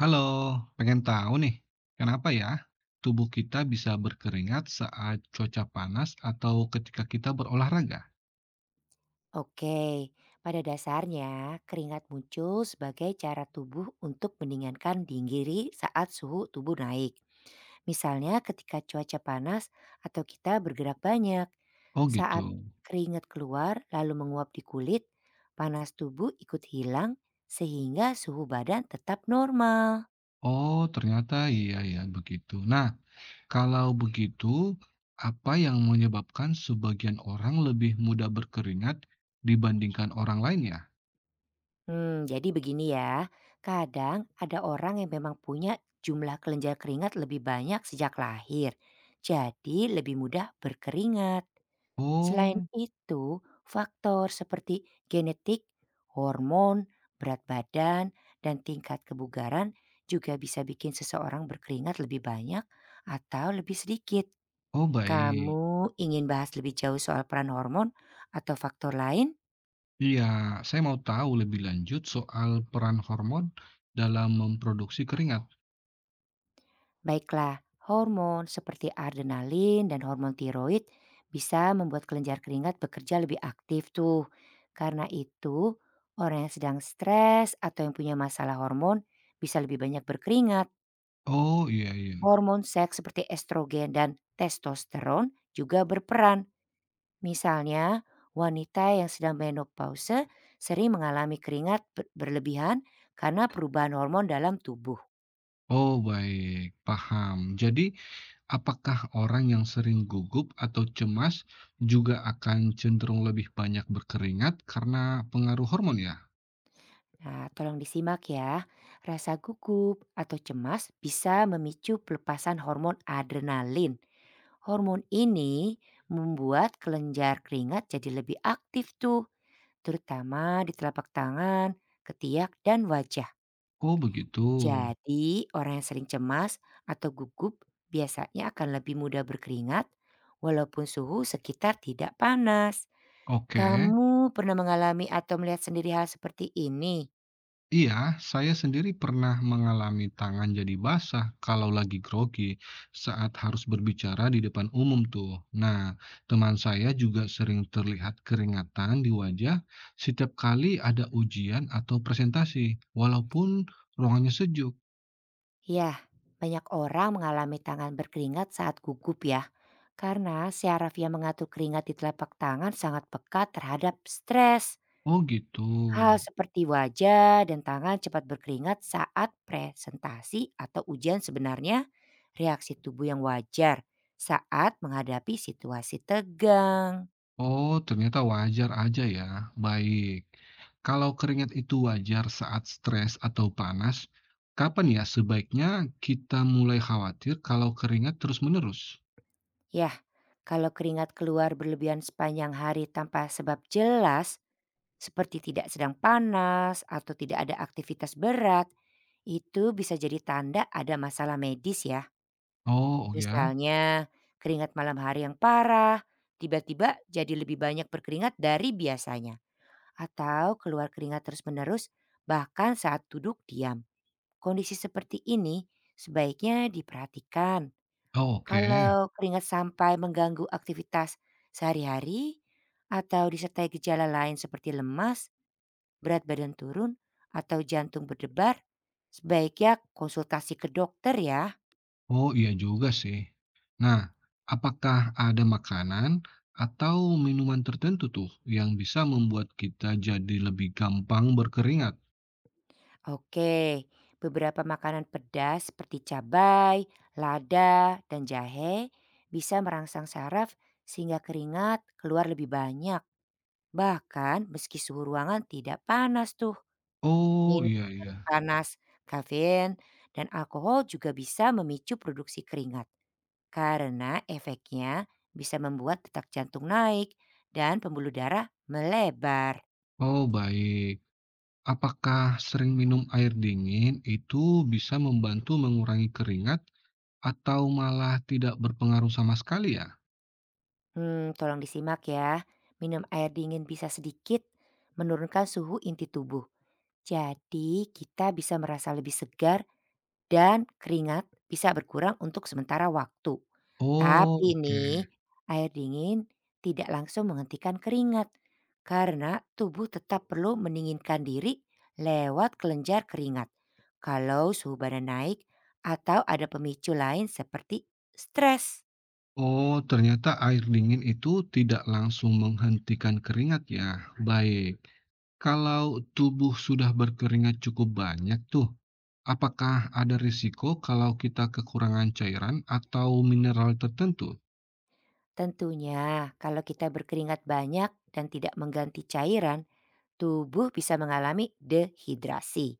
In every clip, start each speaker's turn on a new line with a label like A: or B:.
A: Halo, pengen tahu nih, kenapa ya tubuh kita bisa berkeringat saat cuaca panas atau ketika kita berolahraga?
B: Oke, pada dasarnya keringat muncul sebagai cara tubuh untuk mendinginkan diri saat suhu tubuh naik. Misalnya ketika cuaca panas atau kita bergerak banyak.
A: Oh gitu.
B: Saat keringat keluar lalu menguap di kulit, panas tubuh ikut hilang sehingga suhu badan tetap normal.
A: Oh, ternyata iya ya begitu. Nah, kalau begitu, apa yang menyebabkan sebagian orang lebih mudah berkeringat dibandingkan orang lain ya?
B: Jadi begini ya, kadang ada orang yang memang punya jumlah kelenjar keringat lebih banyak sejak lahir, jadi lebih mudah berkeringat. Selain
A: Oh,
B: itu, faktor seperti genetik, hormon, berat badan, dan tingkat kebugaran juga bisa bikin seseorang berkeringat lebih banyak atau lebih sedikit.
A: oh baik.
B: Kamu ingin bahas lebih jauh soal peran hormon atau faktor lain?
A: Iya, saya mau tahu lebih lanjut soal peran hormon dalam memproduksi keringat.
B: Baiklah, hormon seperti adrenalin dan hormon tiroid bisa membuat kelenjar keringat bekerja lebih aktif tuh. Karena itu, orang yang sedang stres atau yang punya masalah hormon bisa lebih banyak berkeringat.
A: Oh iya iya.
B: Hormon seks seperti estrogen dan testosteron juga berperan. Misalnya, wanita yang sedang menopause sering mengalami berlebihan karena perubahan hormon dalam tubuh.
A: Oh, baik, paham. Jadi, apakah orang yang sering gugup atau cemas juga akan cenderung lebih banyak berkeringat karena pengaruh hormon ya?
B: Nah, tolong disimak ya. Rasa gugup atau cemas bisa memicu pelepasan hormon adrenalin. Hormon ini membuat kelenjar keringat jadi lebih aktif tuh, terutama di telapak tangan, ketiak, dan wajah.
A: Oh, begitu.
B: Jadi, orang yang sering cemas atau gugup biasanya akan lebih mudah berkeringat walaupun suhu sekitar tidak panas.
A: Oke.
B: Kamu pernah mengalami atau melihat sendiri hal seperti ini?
A: Iya, saya sendiri pernah mengalami tangan jadi basah kalau lagi grogi saat harus berbicara di depan umum tuh. Nah, teman saya juga sering terlihat keringatan di wajah setiap kali ada ujian atau presentasi, walaupun ruangannya sejuk.
B: Ya, banyak orang mengalami tangan berkeringat saat gugup ya, karena syaraf yang mengatur keringat di telapak tangan sangat pekat terhadap stres.
A: Oh gitu.
B: Hal seperti wajah dan tangan cepat berkeringat saat presentasi atau ujian sebenarnya reaksi tubuh yang wajar saat menghadapi situasi tegang.
A: Oh, ternyata wajar aja ya. Baik. Kalau keringat itu wajar saat stres atau panas, kapan ya sebaiknya kita mulai khawatir kalau keringat terus-menerus?
B: Ya, kalau keringat keluar berlebihan sepanjang hari tanpa sebab jelas, seperti tidak sedang panas atau tidak ada aktivitas berat, itu bisa jadi tanda ada masalah medis ya.
A: Oh oh ya,
B: Misalnya keringat malam hari yang parah, tiba-tiba jadi lebih banyak berkeringat dari biasanya. Atau keluar keringat terus-menerus bahkan saat duduk diam. Kondisi seperti ini sebaiknya diperhatikan.
A: oh, oke.
B: Kalau keringat sampai mengganggu aktivitas sehari-hari atau disertai gejala lain seperti lemas, berat badan turun, atau jantung berdebar, sebaiknya konsultasi ke dokter ya.
A: Oh iya juga sih. Nah, apakah ada makanan atau minuman tertentu tuh yang bisa membuat kita jadi lebih gampang berkeringat?
B: Oke, beberapa makanan pedas seperti cabai, lada, dan jahe bisa merangsang saraf sehingga keringat keluar lebih banyak. Bahkan meski suhu ruangan tidak panas tuh.
A: Oh iya
B: Minuman
A: iya.
B: panas, kafein, dan alkohol juga bisa memicu produksi keringat. Karena efeknya bisa membuat detak jantung naik dan pembuluh darah melebar.
A: Oh baik. Apakah sering minum air dingin itu bisa membantu mengurangi keringat? Atau malah tidak berpengaruh sama sekali ya?
B: Tolong disimak ya. Minum air dingin bisa sedikit menurunkan suhu inti tubuh. Jadi kita bisa merasa lebih segar dan keringat bisa berkurang untuk sementara waktu.
A: Oh,
B: Tapi
A: oke.
B: nih, air dingin tidak langsung menghentikan keringat karena tubuh tetap perlu mendinginkan diri lewat kelenjar keringat. Kalau suhu badan naik atau ada pemicu lain seperti stres.
A: Oh, ternyata air dingin itu tidak langsung menghentikan keringat ya? Baik. Kalau tubuh sudah berkeringat cukup banyak tuh, apakah ada risiko kalau kita kekurangan cairan atau mineral tertentu?
B: Tentunya, kalau kita berkeringat banyak dan tidak mengganti cairan, tubuh bisa mengalami dehidrasi.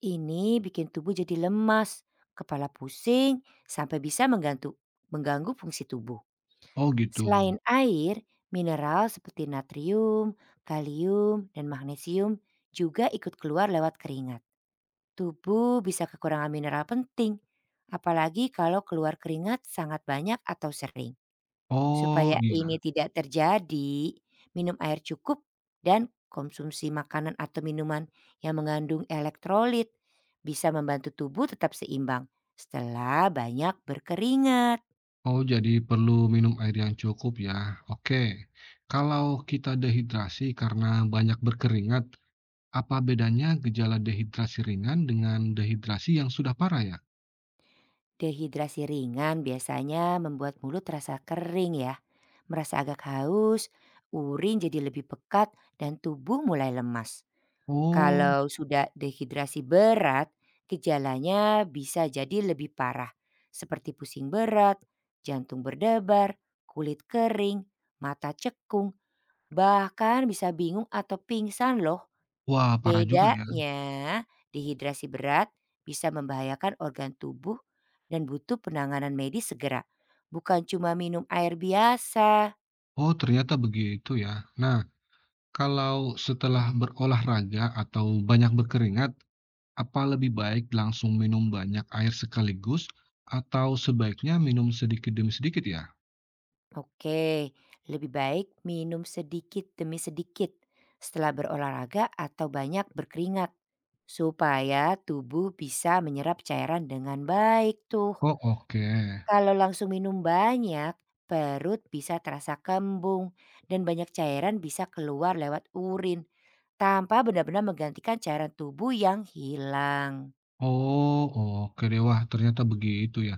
B: Ini bikin tubuh jadi lemas, kepala pusing, sampai bisa mengganggu fungsi tubuh.
A: Oh, gitu.
B: Selain air, mineral seperti natrium, kalium, dan magnesium juga ikut keluar lewat keringat. Tubuh bisa kekurangan mineral penting, apalagi kalau keluar keringat sangat banyak atau sering.
A: Oh,
B: Supaya
A: iya.
B: ini tidak terjadi, minum air cukup dan konsumsi makanan atau minuman yang mengandung elektrolit bisa membantu tubuh tetap seimbang setelah banyak berkeringat.
A: Oh, jadi perlu minum air yang cukup ya. Oke. Kalau kita dehidrasi karena banyak berkeringat, apa bedanya gejala dehidrasi ringan dengan dehidrasi yang sudah parah ya?
B: Dehidrasi ringan biasanya membuat mulut terasa kering ya, merasa agak haus, urin jadi lebih pekat dan tubuh mulai lemas.
A: Oh,
B: Kalau sudah dehidrasi berat, gejalanya bisa jadi lebih parah, seperti pusing berat, jantung berdebar, kulit kering, mata cekung, bahkan bisa bingung atau pingsan loh.
A: wah parah juga ya.
B: Bedanya, dehidrasi berat bisa membahayakan organ tubuh dan butuh penanganan medis segera, bukan cuma minum air biasa.
A: Oh, ternyata begitu ya. Nah, kalau setelah berolahraga atau banyak berkeringat, apa lebih baik langsung minum banyak air sekaligus atau sebaiknya minum sedikit demi sedikit ya?
B: Oke, lebih baik minum sedikit demi sedikit setelah berolahraga atau banyak berkeringat supaya tubuh bisa menyerap cairan dengan baik tuh.
A: Oh, oke.
B: Kalau langsung minum banyak, perut bisa terasa kembung dan banyak cairan bisa keluar lewat urin tanpa benar-benar menggantikan cairan tubuh yang hilang.
A: Oh, oke deh. Wah, ternyata begitu ya.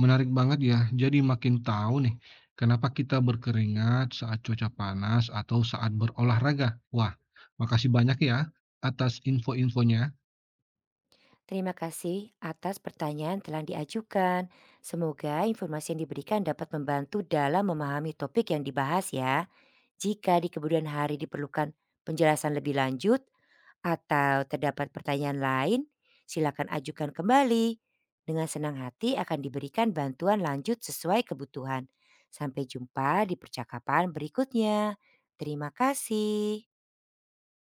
A: Menarik banget ya. Jadi makin tahu nih kenapa kita berkeringat saat cuaca panas atau saat berolahraga. Wah, makasih banyak ya atas info-infonya.
B: Terima kasih atas pertanyaan telah diajukan. Semoga informasi yang diberikan dapat membantu dalam memahami topik yang dibahas ya. Jika di kemudian hari diperlukan penjelasan lebih lanjut atau terdapat pertanyaan lain, silakan ajukan kembali. Dengan senang hati akan diberikan bantuan lanjut sesuai kebutuhan. Sampai jumpa di percakapan berikutnya. Terima kasih.